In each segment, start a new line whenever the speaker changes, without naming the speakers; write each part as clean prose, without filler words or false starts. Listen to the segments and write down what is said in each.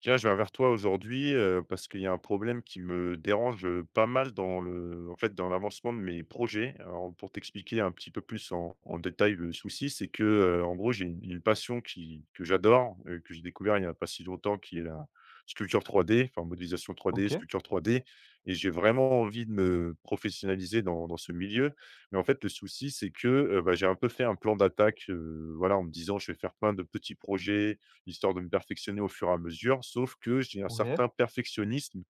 Tiens, je viens vers toi aujourd'hui, parce qu'il y a un problème qui me dérange, pas mal dans le en fait, dans l'avancement de mes projets. Alors, pour t'expliquer un petit peu plus en détail le souci, c'est que, en gros, j'ai une passion qui que j'adore, que j'ai découvert il n'y a pas si longtemps, qui est la sculpture 3D, enfin, modélisation 3D,
OK,
sculpture 3D, et j'ai vraiment envie de me professionnaliser dans ce milieu. Mais en fait, le souci, c'est que, bah, j'ai un peu fait un plan d'attaque, voilà, en me disant: «Je vais faire plein de petits projets, histoire de me perfectionner au fur et à mesure.» Sauf que j'ai un
ouais.
certain perfectionnisme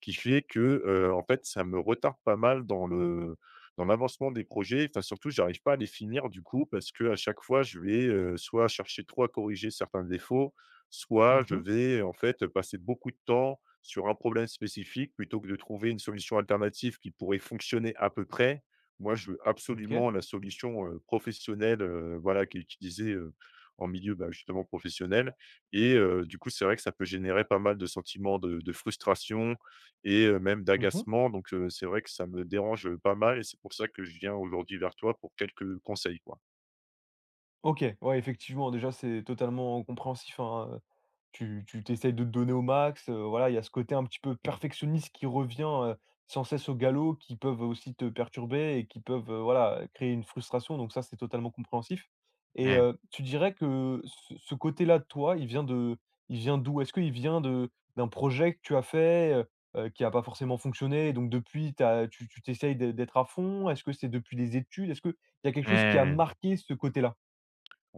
qui fait que, en fait, ça me retarde pas mal dans le dans l'avancement des projets. Enfin, surtout, j'arrive pas à les finir du coup parce que à chaque fois, je vais, soit chercher trop à corriger certains défauts, soit je
Mmh.
vais, en fait, passer beaucoup de temps sur un problème spécifique plutôt que de trouver une solution alternative qui pourrait fonctionner à peu près. Moi, je veux
OK.
absolument la solution, professionnelle, voilà, qui est utilisée, en milieu, bah, justement professionnel, et du coup, c'est vrai que ça peut générer pas mal de sentiments de frustration et même
Mmh.
d'agacement, donc c'est vrai que ça me dérange pas mal, et c'est pour ça que je viens aujourd'hui vers toi pour quelques conseils, quoi.
OK, ouais, effectivement, déjà, c'est totalement compréhensif, hein, tu t'essayes de te donner au max, voilà, il y a ce côté un petit peu perfectionniste qui revient, sans cesse au galop, qui peuvent aussi te perturber et qui peuvent, voilà, créer une frustration, donc ça, c'est totalement compréhensif et
Ouais.
tu dirais que ce côté-là de toi, il vient d'où? Est-ce qu'il vient de d'un projet que tu as fait, qui n'a pas forcément fonctionné, et donc depuis, tu t'essayes d'être à fond? Est-ce que c'est depuis les études? Est-ce qu'il y a quelque
Ouais, ouais,
chose qui a
ouais.
marqué ce côté-là?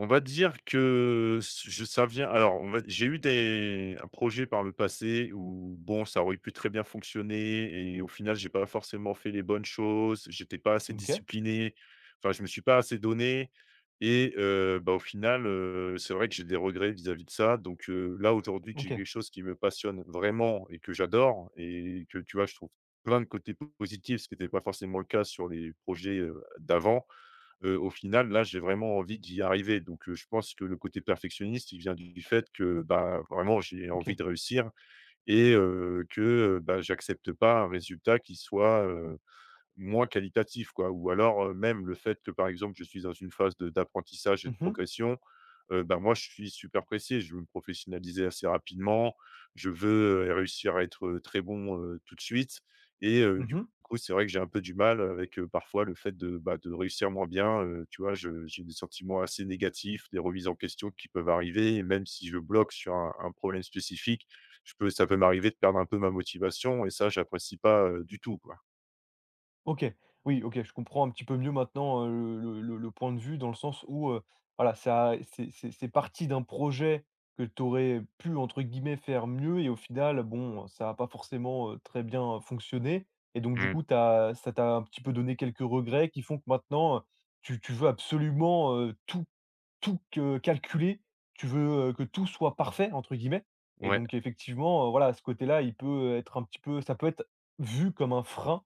On va dire que s je ça vient alors on va j'ai eu des un projet par le passé où bon, ça aurait pu très bien fonctionner et au final, j'ai pas forcément fait les bonnes choses, j'étais pas assez
OK,
discipliné, enfin je me suis pas assez donné, et bah, au final, c'est vrai que j'ai des regrets vis-à-vis de ça, donc là aujourd'hui que j'ai
OK,
quelque chose qui me passionne vraiment et que j'adore et que tu vois, je trouve plein de côtés positifs, ce qui n'était pas forcément le cas sur les projets, d'avant, au final, là, j'ai vraiment envie d'y arriver. Donc, je pense que le côté perfectionniste, il vient du fait que, bah, vraiment, j'ai envie
OK.
de réussir et que, bah, j'accepte pas un résultat qui soit moins qualitatif, quoi. Ou alors, même le fait que, par exemple, je suis dans une phase de d'apprentissage et de
Mmh mh.
progression, bah, moi, je suis super pressé. Je veux me professionnaliser assez rapidement. Je veux, réussir à être, très bon, tout de suite, et du
Mmh.
coup, c'est vrai que j'ai un peu du mal avec, parfois le fait de, bah, de réussir moins bien, tu vois? Je J'ai des sentiments assez négatifs, des remises en question qui peuvent arriver et même si je bloque sur un problème spécifique, je peux ça peut m'arriver de perdre un peu ma motivation et ça, j'apprécie pas, du tout, quoi.
OK. Oui, OK, je comprends un petit peu mieux maintenant, le point de vue dans le sens où, voilà, ça c'est c'est parti d'un projet que tu aurais pu, entre guillemets, «faire mieux» et au final, bon, ça a pas forcément, très bien fonctionné et donc du
Mmh,
coup, t'as ça t'a un petit peu donné quelques regrets qui font que maintenant, tu veux absolument, tout tout que calculé, tu veux, que tout soit «parfait» entre guillemets et
ouais.
donc effectivement, voilà, ce côté-là, il peut être un petit peu ça peut être vu comme un frein,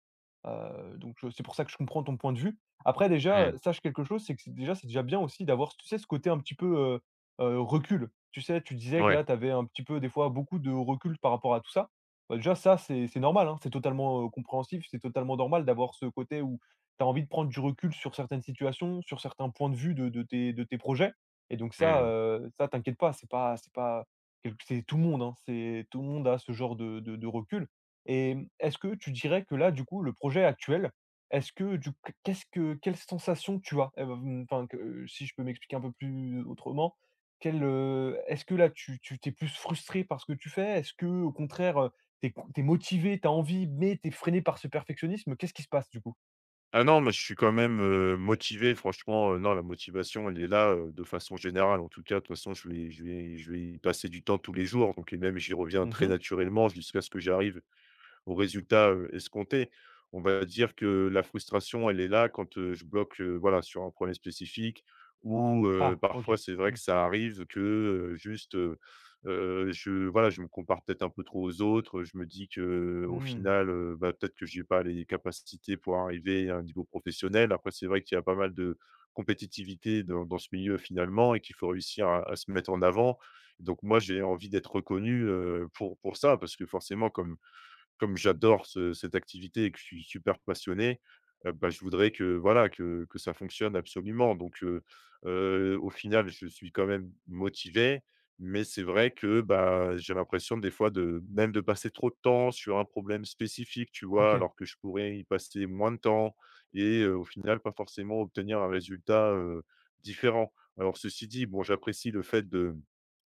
donc c'est pour ça que je comprends ton point de vue. Après déjà,
Mmh.
sache quelque chose, c'est que c'est déjà bien aussi d'avoir, tu sais, ce côté un petit peu, recul. Tu sais, tu disais que
Ouais.
là, tu avais un petit peu des fois beaucoup de recul par rapport à tout ça. Bah, déjà ça, c'est normal, hein, c'est totalement, compréhensif, c'est totalement normal d'avoir ce côté où tu as envie de prendre du recul sur certaines situations, sur certains points de vue de tes projets et donc ça,
Mmh.
ça t'inquiète pas, c'est pas quelque c'est tout le monde, hein, c'est tout le monde a ce genre de recul et est-ce que tu dirais que là, du coup, le projet actuel, est-ce que du qu'est-ce que quelle sensation tu as? Mmh, enfin que si je peux m'expliquer un peu plus autrement, quelle, est-ce que là, tu t'es plus frustré par ce que tu fais? Est-ce que, au contraire, t'es tu es motivé, t'as envie mais t'es freiné par ce perfectionnisme? Qu'est-ce qui se passe du coup?
Ah non, mais je suis quand même, motivé franchement, non la motivation elle est là, de façon générale en tout cas. De toute façon je vais y passer du temps tous les jours, donc et même j'y reviens très
Mmh.
naturellement jusqu'à ce que j'arrive au résultat, escompté. On va dire que la frustration, elle est là quand, je bloque, voilà, sur un problème spécifique ou,
Ah,
parfois
OK.
c'est vrai
Mmh.
que ça arrive que, heu, juste, heu je voilà, je me compare peut-être un peu trop aux autres. Je me dis que au
Mmh.
final, bah, peut-être que j'ai pas les capacités pour arriver à un niveau professionnel. Après, c'est vrai qu'il y a pas mal de compétitivité dans ce milieu finalement et qu'il faut réussir à se mettre en avant. Donc moi, j'ai envie d'être reconnu, pour ça parce que forcément comme j'adore ce cette activité et que je suis super passionné, bah, je voudrais que voilà, que ça fonctionne absolument. Au final, je suis quand même motivé, mais c'est vrai que, bah, j'ai l'impression des fois de même de passer trop de temps sur un problème spécifique, tu vois?
OK.
Alors que je pourrais y passer moins de temps et au final, pas forcément obtenir un résultat, différent. Alors ceci dit, bon, j'apprécie le fait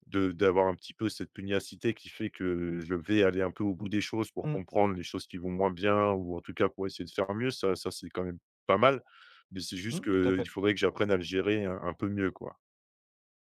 de d'avoir un petit peu cette pugnacité qui fait que je vais aller un peu au bout des choses pour
Mmh.
comprendre les choses qui vont moins bien ou en tout cas pour essayer de faire mieux, ça c'est quand même pas mal. Mais c'est juste
Mmh, tout à
qu'il
fait.
faudrait que j'apprenne à le gérer un peu mieux, quoi.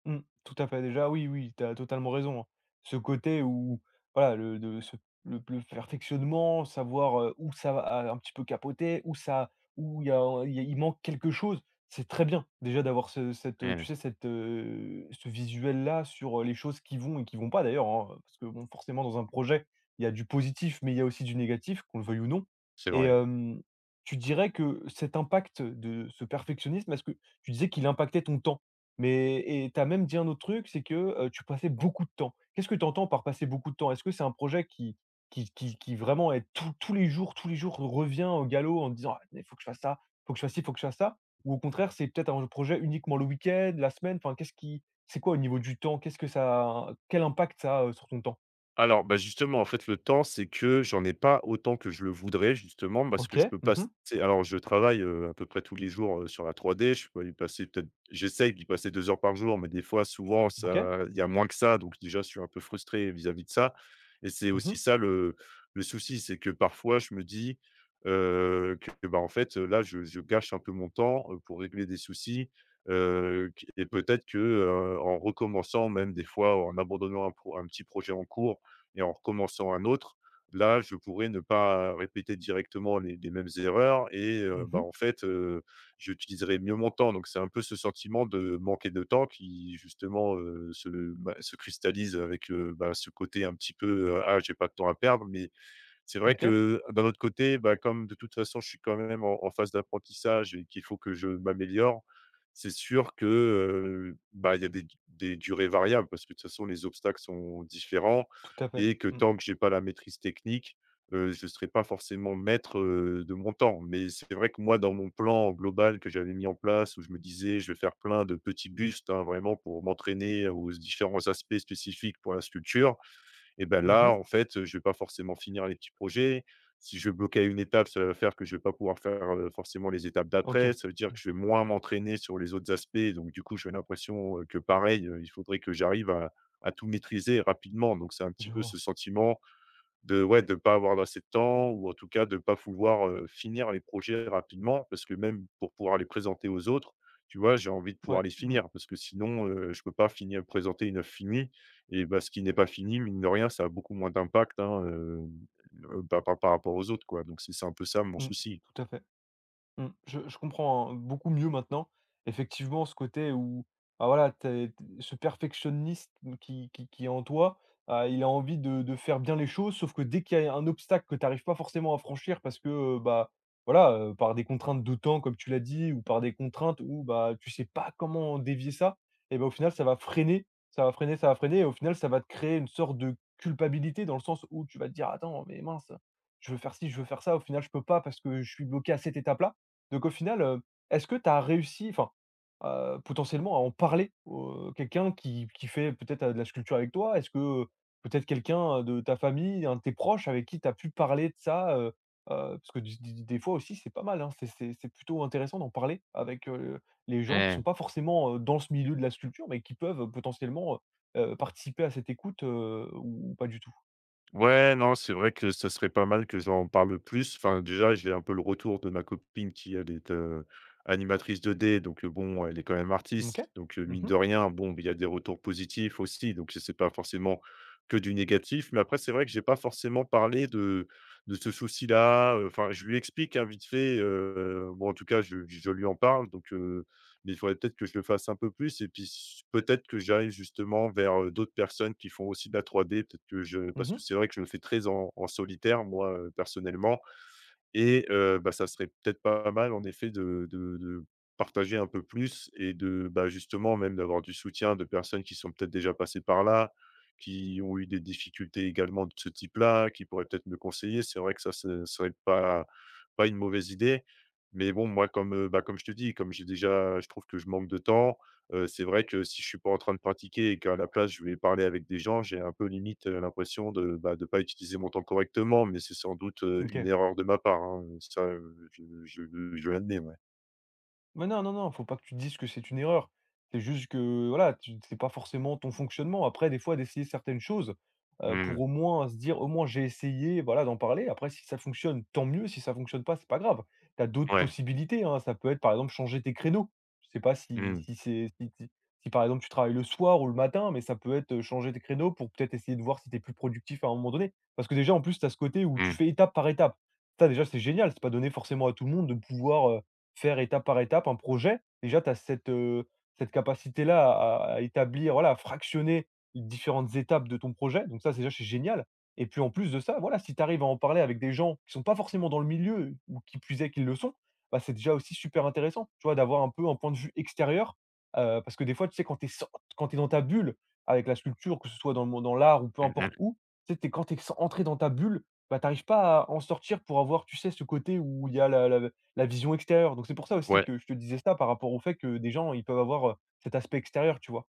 Mmh, tout à fait. Déjà, oui, oui, tu as totalement raison, hein. Ce côté où, voilà, le de ce le perfectionnement, savoir, où ça va un petit peu capoter, où ça où il y a il manque quelque chose. C'est très bien, déjà, d'avoir ce cette, tu
Mmh,
sais, cette, ce visuel-là sur, les choses qui vont et qui vont pas, d'ailleurs, hein, parce que, bon, forcément, dans un projet, il y a du positif, mais il y a aussi du négatif, qu'on le veuille ou non
c'est
et
vrai, ouais.
tu dirais que cet impact de ce perfectionnisme, est-ce que tu disais qu'il impactait ton temps? Mais et tu as même dit un autre truc, c'est que, tu passais beaucoup de temps. Qu'est-ce que tu entends par passer beaucoup de temps? Est-ce que c'est un projet qui qui vraiment est tous les jours tous les jours revient au galop en te disant: «Ah mais faut que je fasse ça, faut que je fasse ci, faut que je fasse ça»? Ou au contraire, c'est peut-être un projet uniquement le week-end, la semaine? Enfin, qu'est-ce qui c'est quoi au niveau du temps? Qu'est-ce que ça quel impact ça a, sur ton temps?
Alors, bah, justement, en fait, le temps, c'est que j'en ai pas autant que je le voudrais, justement, parce que je
OK.
peux passer
Mmh.
alors je travaille, à peu près tous les jours, sur la 3D. Je peux y passer peut-être J'essaye d'y passer 2 heures par jour, mais des fois, souvent,
OK.
ça il y a moins que ça, donc déjà, je suis un peu frustré vis-à-vis de ça, et c'est
Mmh
aussi
mh.
ça le souci, c'est que parfois, je me dis, que, bah, en fait, là, je gâche un peu mon temps, pour régler des soucis, qui et peut-être que, en recommençant, même des fois en abandonnant un petit projet en cours et en recommençant un autre, là, je pourrais ne pas répéter directement les mêmes erreurs, et bah,
Mmh.
en fait, j'utiliserai mieux mon temps. Donc c'est un peu ce sentiment de manquer de temps qui justement, se, bah, se cristallise avec, bah, ce côté un petit peu, «Ah, j'ai pas de temps à perdre», mais c'est vrai
OK.
que d'un autre côté, bah, comme de toute façon, je suis quand même en phase d'apprentissage et qu'il faut que je m'améliore, c'est sûr que, bah, il y a des durées variables parce que de toute façon, les obstacles sont différents
Tout à fait.
et que
Mmh.
tant que j'ai pas la maîtrise technique, je ne serai pas forcément maître, de mon temps. Mais c'est vrai que moi, dans mon plan global que j'avais mis en place où je me disais: «Je vais faire plein de petits bustes», hein, vraiment pour m'entraîner aux différents aspects spécifiques pour la sculpture. Et ben là,
Mmh.
en fait, je vais pas forcément finir les petits projets. Si je bloque à une étape, ça va faire que je vais pas pouvoir faire, forcément les étapes
OK.
d'après. Ça veut dire
Mmh.
que je vais moins m'entraîner sur les autres aspects. Donc du coup, j'ai l'impression, que pareil, il faudrait que j'arrive à tout maîtriser rapidement. Donc c'est un petit
Je
peu
vois.
ce sentiment de ouais, de pas avoir assez de temps ou en tout cas de pas vouloir, finir les projets rapidement parce que même pour pouvoir les présenter aux autres, tu vois, j'ai envie de pouvoir
Ouais.
les
Mmh.
finir parce que sinon, je peux pas finir présenter une œuvre finie, et bah, ce qui n'est pas fini, mine de rien, ça a beaucoup moins d'impact, hein, par rapport aux autres, quoi. Donc c'est un peu ça mon
Mmh.
souci.
Tout à fait. Mmh. Je comprends, hein, beaucoup mieux maintenant. Effectivement, ce côté où, bah, voilà, tu t ce perfectionniste mmh, qui est en toi, il a envie de faire bien les choses, sauf que dès qu'il y a un obstacle que tu n'arrives pas forcément à franchir parce que, bah, voilà, par des contraintes de temps comme tu l'as dit ou par des contraintes où, bah, tu sais pas comment dévier ça et ben au final ça va freiner, ça va freiner, ça va freiner et au final ça va te créer une sorte de culpabilité dans le sens où tu vas te dire: «Attends, mais mince, je veux faire ci, je veux faire ça, au final je peux pas parce que je suis bloqué à cette étape-là». Donc au final, est-ce que tu as réussi, enfin, potentiellement à en parler au quelqu'un qui fait peut-être, de la sculpture avec toi? Est-ce que, heu, peut-être quelqu'un, de ta famille, un de tes proches avec qui tu as pu parler de ça, heu? Parce que des fois aussi c'est pas mal, hein, c'est c'est plutôt intéressant d'en parler avec, les gens qui sont pas forcément, dans ce milieu de la sculpture, mais qui peuvent, potentiellement, participer à cette écoute, ou pas du tout?
Ouais, non, c'est vrai que ça serait pas mal que j'en parle plus. Enfin, déjà, j'ai un peu le retour de ma copine qui, elle, est animatrice 2D, donc bon, elle est quand même artiste.
OK.
Donc,
Mmh
mine
mh.
de rien, bon, il y a des retours positifs aussi. Donc, c'est pas forcément que du négatif. Mais après, c'est vrai que j'ai pas forcément parlé de ce souci-là. Enfin, je lui explique hein, vite fait. Bon, en tout cas, je lui en parle. Donc, mais il faudrait peut-être que je le fasse un peu plus et puis peut-être que j'arrive justement vers d'autres personnes qui font aussi de la 3D, parce
Mmh.
que c'est vrai que je le fais très en solitaire, moi, personnellement, et bah, ça serait peut-être pas mal en effet de partager un peu plus et de, bah, justement même d'avoir du soutien de personnes qui sont peut-être déjà passées par là, qui ont eu des difficultés également de ce type-là, qui pourraient peut-être me conseiller. C'est vrai que ça, ce serait pas une mauvaise idée. Mais bon, moi comme, bah, comme je te dis, comme j'ai déjà je trouve que je manque de temps. C'est vrai que si je suis pas en train de pratiquer et qu'à la place je vais parler avec des gens, j'ai un peu limite, l'impression de, bah, de pas utiliser mon temps correctement, mais c'est sans doute, une
OK.
erreur de ma part, hein, ça, je l'admets, ouais.
Mais non, non, non, faut pas que tu te dises que c'est une erreur. C'est juste que voilà, tu c'est pas forcément ton fonctionnement. Après, des fois, d'essayer certaines choses, pour
Mmh.
au moins se dire: «Au moins j'ai essayé», voilà, d'en parler. Après, si ça fonctionne, tant mieux. Si ça fonctionne pas, c'est pas grave. Tu as d'autres
Ouais.
possibilités, hein. Ça peut être, par exemple, changer tes créneaux. Je sais pas si
Mmh.
si c'est si, par exemple, tu travailles le soir ou le matin, mais ça peut être, changer tes créneaux pour peut-être essayer de voir si tu es plus productif à un moment donné. Parce que déjà, en plus, tu as ce côté où tu
Mmh.
fais étape par étape. Ça, déjà, c'est génial. C'est pas donné forcément à tout le monde de pouvoir faire étape par étape un projet, déjà tu as cette, cette capacité-là à établir, voilà, à fractionner différentes étapes de ton projet, donc ça, c'est déjà, c'est génial et puis, en plus de ça, voilà, si tu arrives à en parler avec des gens qui sont pas forcément dans le milieu ou qui plus est, qu'ils le sont, bah, c'est déjà aussi super intéressant, tu vois? D'avoir un peu un point de vue extérieur, parce que des fois, tu sais, quand quand tu dans ta bulle avec la sculpture, que ce soit dans le monde dans l'art ou peu
Mmh
importe
mh.
où, tu sais, tu quand entré dans ta bulle, bah, tu arrives pas à en sortir pour avoir, tu sais, ce côté où il y a la vision extérieure, donc c'est pour ça aussi
Ouais.
que je te disais ça par rapport au fait que des gens, ils peuvent avoir, cet aspect extérieur, tu vois?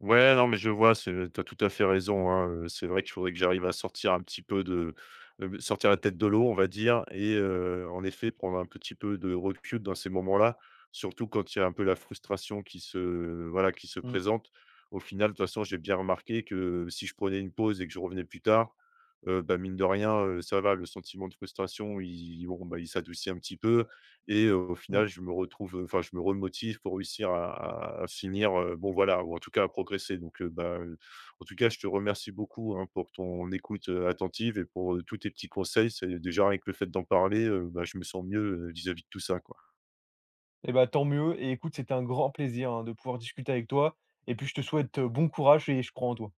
Ouais, non, mais je vois, c'est tu tout à fait raison, hein, c'est vrai qu'il faudrait que j'arrive à sortir un petit peu de, sortir la tête de l'eau, on va dire, et en effet, prendre un petit peu de recul dans ces moments-là, surtout quand il y a un peu la frustration qui se voilà, qui se
Mmh,
présente. Au final, de toute façon, j'ai bien remarqué que si je prenais une pause et que je revenais plus tard, bah, mine de rien, ça va, le sentiment de frustration, il bon, bah, il s'adoucit un petit peu et au
mmh.
final, enfin, je me remotive pour réussir à finir, bon voilà, ou en tout cas à progresser, donc bah, en tout cas, je te remercie beaucoup, hein, pour ton écoute, attentive et pour, tous tes petits conseils. C'est déjà avec le fait d'en parler, bah, je me sens mieux, vis-à-vis de tout ça, quoi.
Et bah, tant mieux et écoute, c'était un grand plaisir, hein, de pouvoir discuter avec toi et puis je te souhaite, bon courage et je crois en toi.